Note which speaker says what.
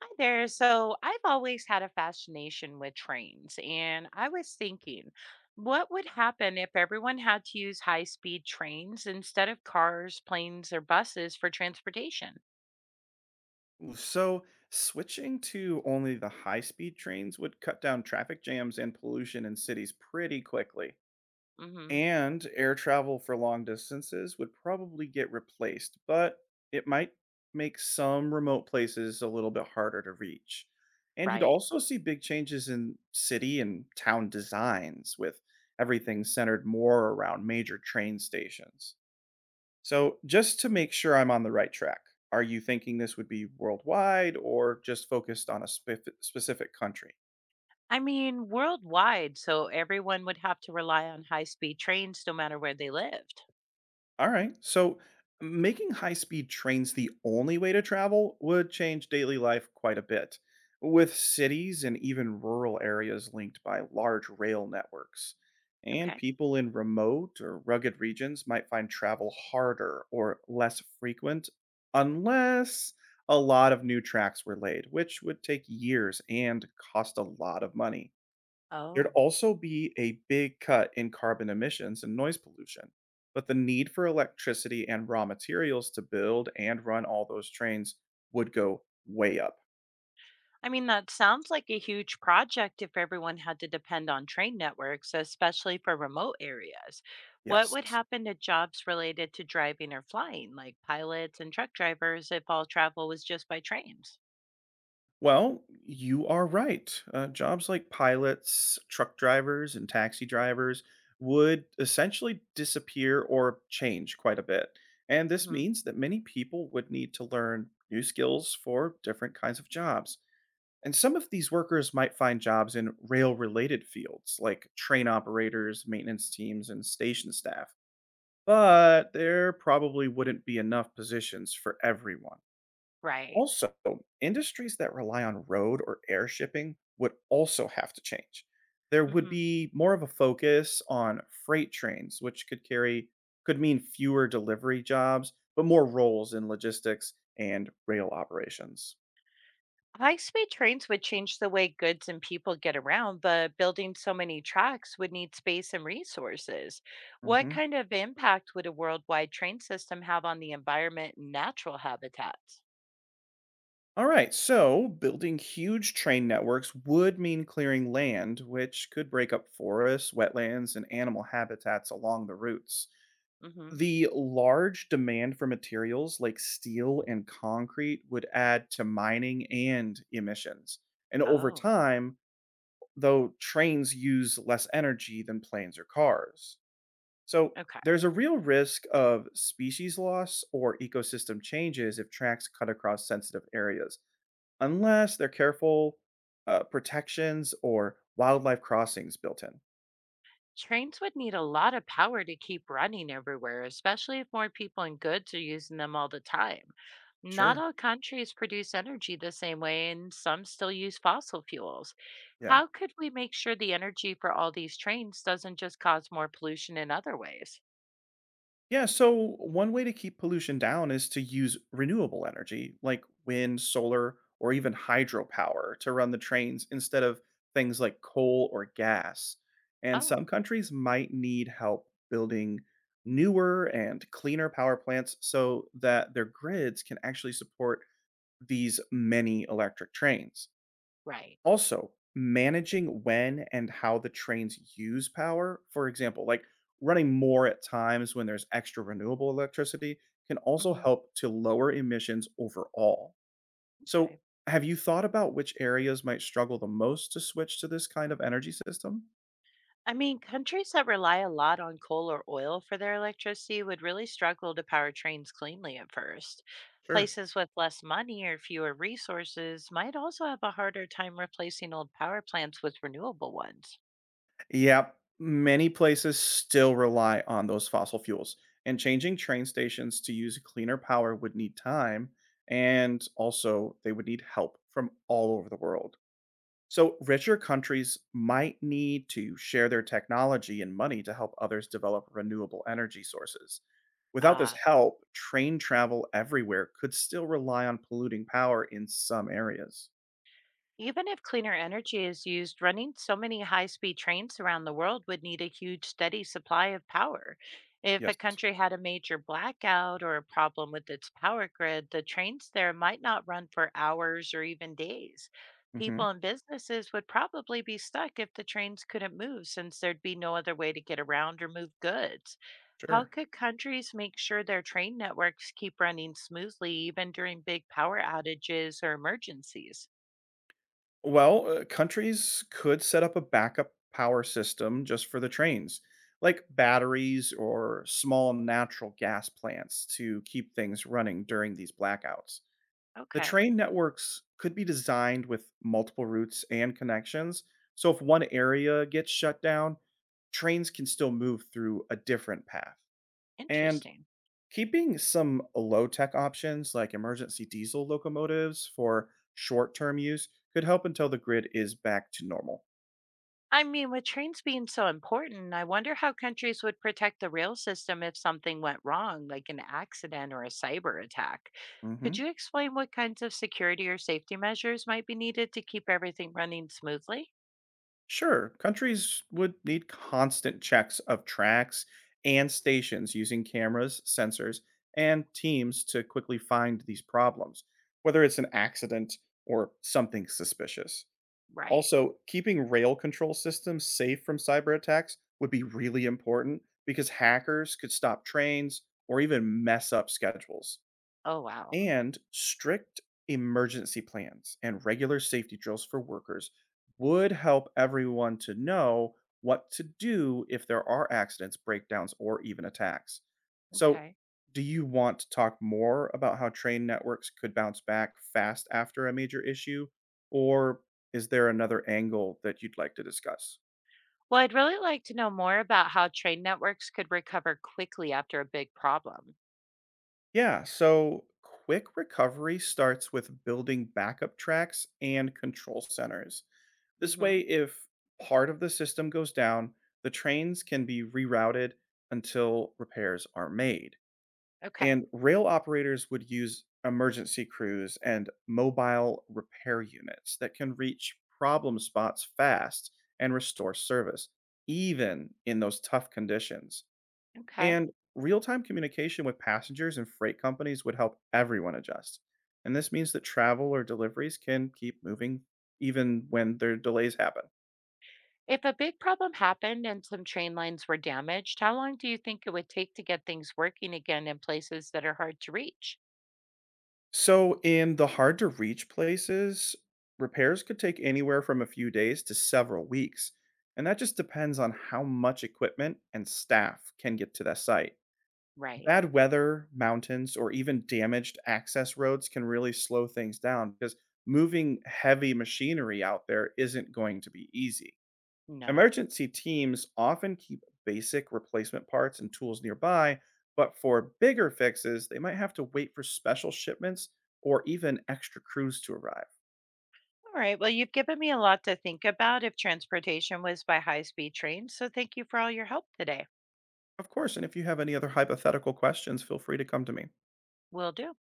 Speaker 1: Hi there. So I've always had a fascination with trains, and I was thinking, what would happen if everyone had to use high-speed trains instead of cars, planes, or buses for transportation?
Speaker 2: So, switching to only the high speed trains would cut down traffic jams and pollution in cities pretty quickly.
Speaker 1: hmm
Speaker 2: And air travel for long distances would probably get replaced, but it might make some remote places a little bit harder to reach. And you'd
Speaker 1: Right.
Speaker 2: also see big changes in city and town designs, with everything centered more around major train stations. So, just to make sure I'm on the right track, are you thinking this would be worldwide or just focused on a specific country?
Speaker 1: I mean, worldwide, so everyone would have to rely on high-speed trains no matter where they lived.
Speaker 2: Alright, so making high-speed trains the only way to travel would change daily life quite a bit, with cities and even rural areas linked by large rail networks. And
Speaker 1: Okay.
Speaker 2: people in remote or rugged regions might find travel harder or less frequent unless a lot of new tracks were laid, which would take years and cost a lot of money. There'd
Speaker 1: Oh.
Speaker 2: also be a big cut in carbon emissions and noise pollution. But the need for electricity and raw materials to build and run all those trains would go way up.
Speaker 1: I mean, that sounds like a huge project if everyone had to depend on train networks, especially for remote areas. What would
Speaker 2: Yes.
Speaker 1: happen to jobs related to driving or flying, like pilots and truck drivers, if all travel was just by trains?
Speaker 2: Well, you are right. Jobs like pilots, truck drivers, and taxi drivers would essentially disappear or change quite a bit. And this
Speaker 1: hmm
Speaker 2: means that many people would need to learn new skills for different kinds of jobs. And some of these workers might find jobs in rail related fields like train operators, maintenance teams, and station staff, but there probably wouldn't be enough positions for everyone.
Speaker 1: Right.
Speaker 2: Also, industries that rely on road or air shipping would also have to change. There would
Speaker 1: hmm
Speaker 2: be more of a focus on freight trains, which could mean fewer delivery jobs, but more roles in logistics and rail operations.
Speaker 1: High speed trains would change the way goods and people get around, but building so many tracks would need space and resources. What
Speaker 2: Mhm.
Speaker 1: kind of impact would a worldwide train system have on the environment and natural habitats?
Speaker 2: All right, so building huge train networks would mean clearing land, which could break up forests, wetlands, and animal habitats along the routes.
Speaker 1: hmm
Speaker 2: The large demand for materials like steel and concrete would add to mining and emissions. And over
Speaker 1: Oh.
Speaker 2: time, though, trains use less energy than planes or cars. So
Speaker 1: Okay.
Speaker 2: there's a real risk of species loss or ecosystem changes if tracks cut across sensitive areas unless they're careful, protections or wildlife crossings built in.
Speaker 1: Trains would need a lot of power to keep running everywhere, especially if more people and goods are using them all the time. Not
Speaker 2: Sure.
Speaker 1: all countries produce energy the same way, and some still use fossil fuels.
Speaker 2: Yeah.
Speaker 1: How could we make sure the energy for all these trains doesn't just cause more pollution in other ways?
Speaker 2: Yeah. So, one way to keep pollution down is to use renewable energy like wind, solar, or even hydropower to run the trains instead of things like coal or gas. And
Speaker 1: Oh,
Speaker 2: some countries might need help building newer and cleaner power plants so that their grids can actually support these many electric trains.
Speaker 1: right.
Speaker 2: Also, managing when and how the trains use power, for example, like running more at times when there's extra renewable electricity, can also
Speaker 1: hmm
Speaker 2: help to lower emissions overall. So,
Speaker 1: Okay.
Speaker 2: have you thought about which areas might struggle the most to switch to this kind of energy system?
Speaker 1: I mean, countries that rely a lot on coal or oil for their electricity would really struggle to power trains cleanly at first.
Speaker 2: Sure.
Speaker 1: Places with less money or fewer resources might also have a harder time replacing old power plants with renewable ones.
Speaker 2: Yep. Many places still rely on those fossil fuels, and changing train stations to use cleaner power would need time, and also they would need help from all over the world. So, richer countries might need to share their technology and money to help others develop renewable energy sources. Without this
Speaker 1: Ah.
Speaker 2: help, train travel everywhere could still rely on polluting power in some areas.
Speaker 1: Even if cleaner energy is used, running so many high speed trains around the world would need a huge, steady supply of power. If a
Speaker 2: Yes.
Speaker 1: country had a major blackout or a problem with its power grid, the trains there might not run for hours or even days.
Speaker 2: Hmm.
Speaker 1: People and businesses would probably be stuck if the trains couldn't move since there'd be no other way to get around or move goods. How
Speaker 2: Sure.
Speaker 1: could countries make sure their train networks keep running smoothly even during big power outages or emergencies?
Speaker 2: Well, countries could set up a backup power system just for the trains, like batteries or small natural gas plants to keep things running during these blackouts. The
Speaker 1: Okay.
Speaker 2: train networks could be designed with multiple routes and connections, so if one area gets shut down, trains can still move through a different path. And
Speaker 1: Interesting.
Speaker 2: keeping some low tech options like emergency diesel locomotives for short term use could help until the grid is back to normal.
Speaker 1: I mean, with trains being so important, I wonder how countries would protect the rail system if something went wrong, like an accident or a cyber attack. Could
Speaker 2: Mhm.
Speaker 1: you explain what kinds of security or safety measures might be needed to keep everything running smoothly?
Speaker 2: Sure, countries would need constant checks of tracks and stations using cameras, sensors, and teams to quickly find these problems, whether it's an accident or something suspicious.
Speaker 1: Right.
Speaker 2: Also, keeping rail control systems safe from cyber attacks would be really important because hackers could stop trains or even mess up schedules.
Speaker 1: Oh, wow.
Speaker 2: And strict emergency plans and regular safety drills for workers would help everyone to know what to do if there are accidents, breakdowns, or even attacks. So,
Speaker 1: Okay.
Speaker 2: do you want to talk more about how train networks could bounce back fast after a major issue? Or is there another angle that you'd like to discuss?
Speaker 1: Well, I'd really like to know more about how train networks could recover quickly after a big problem.
Speaker 2: Yeah, so quick recovery starts with building backup tracks and control centers. This
Speaker 1: Mm-hmm.
Speaker 2: way, if part of the system goes down, the trains can be rerouted until repairs are made.
Speaker 1: Okay.
Speaker 2: And rail operators would use emergency crews and mobile repair units that can reach problem spots fast and restore service, even in those tough conditions.
Speaker 1: Okay.
Speaker 2: And real time communication with passengers and freight companies would help everyone adjust. And this means that travel or deliveries can keep moving even when their delays happen.
Speaker 1: If a big problem happened and some train lines were damaged, how long do you think it would take to get things working again in places that are hard to reach?
Speaker 2: So, in the hard to reach places, repairs could take anywhere from a few days to several weeks. And that just depends on how much equipment and staff can get to that site.
Speaker 1: Right.
Speaker 2: Bad weather, mountains, or even damaged access roads can really slow things down because moving heavy machinery out there isn't going to be easy.
Speaker 1: No.
Speaker 2: Emergency teams often keep basic replacement parts and tools nearby, but for bigger fixes, they might have to wait for special shipments or even extra crews to arrive.
Speaker 1: All right. Well, you've given me a lot to think about if transportation was by high speed train. So thank you for all your help today.
Speaker 2: Of course, and if you have any other hypothetical questions, feel free to come to me.
Speaker 1: Will do.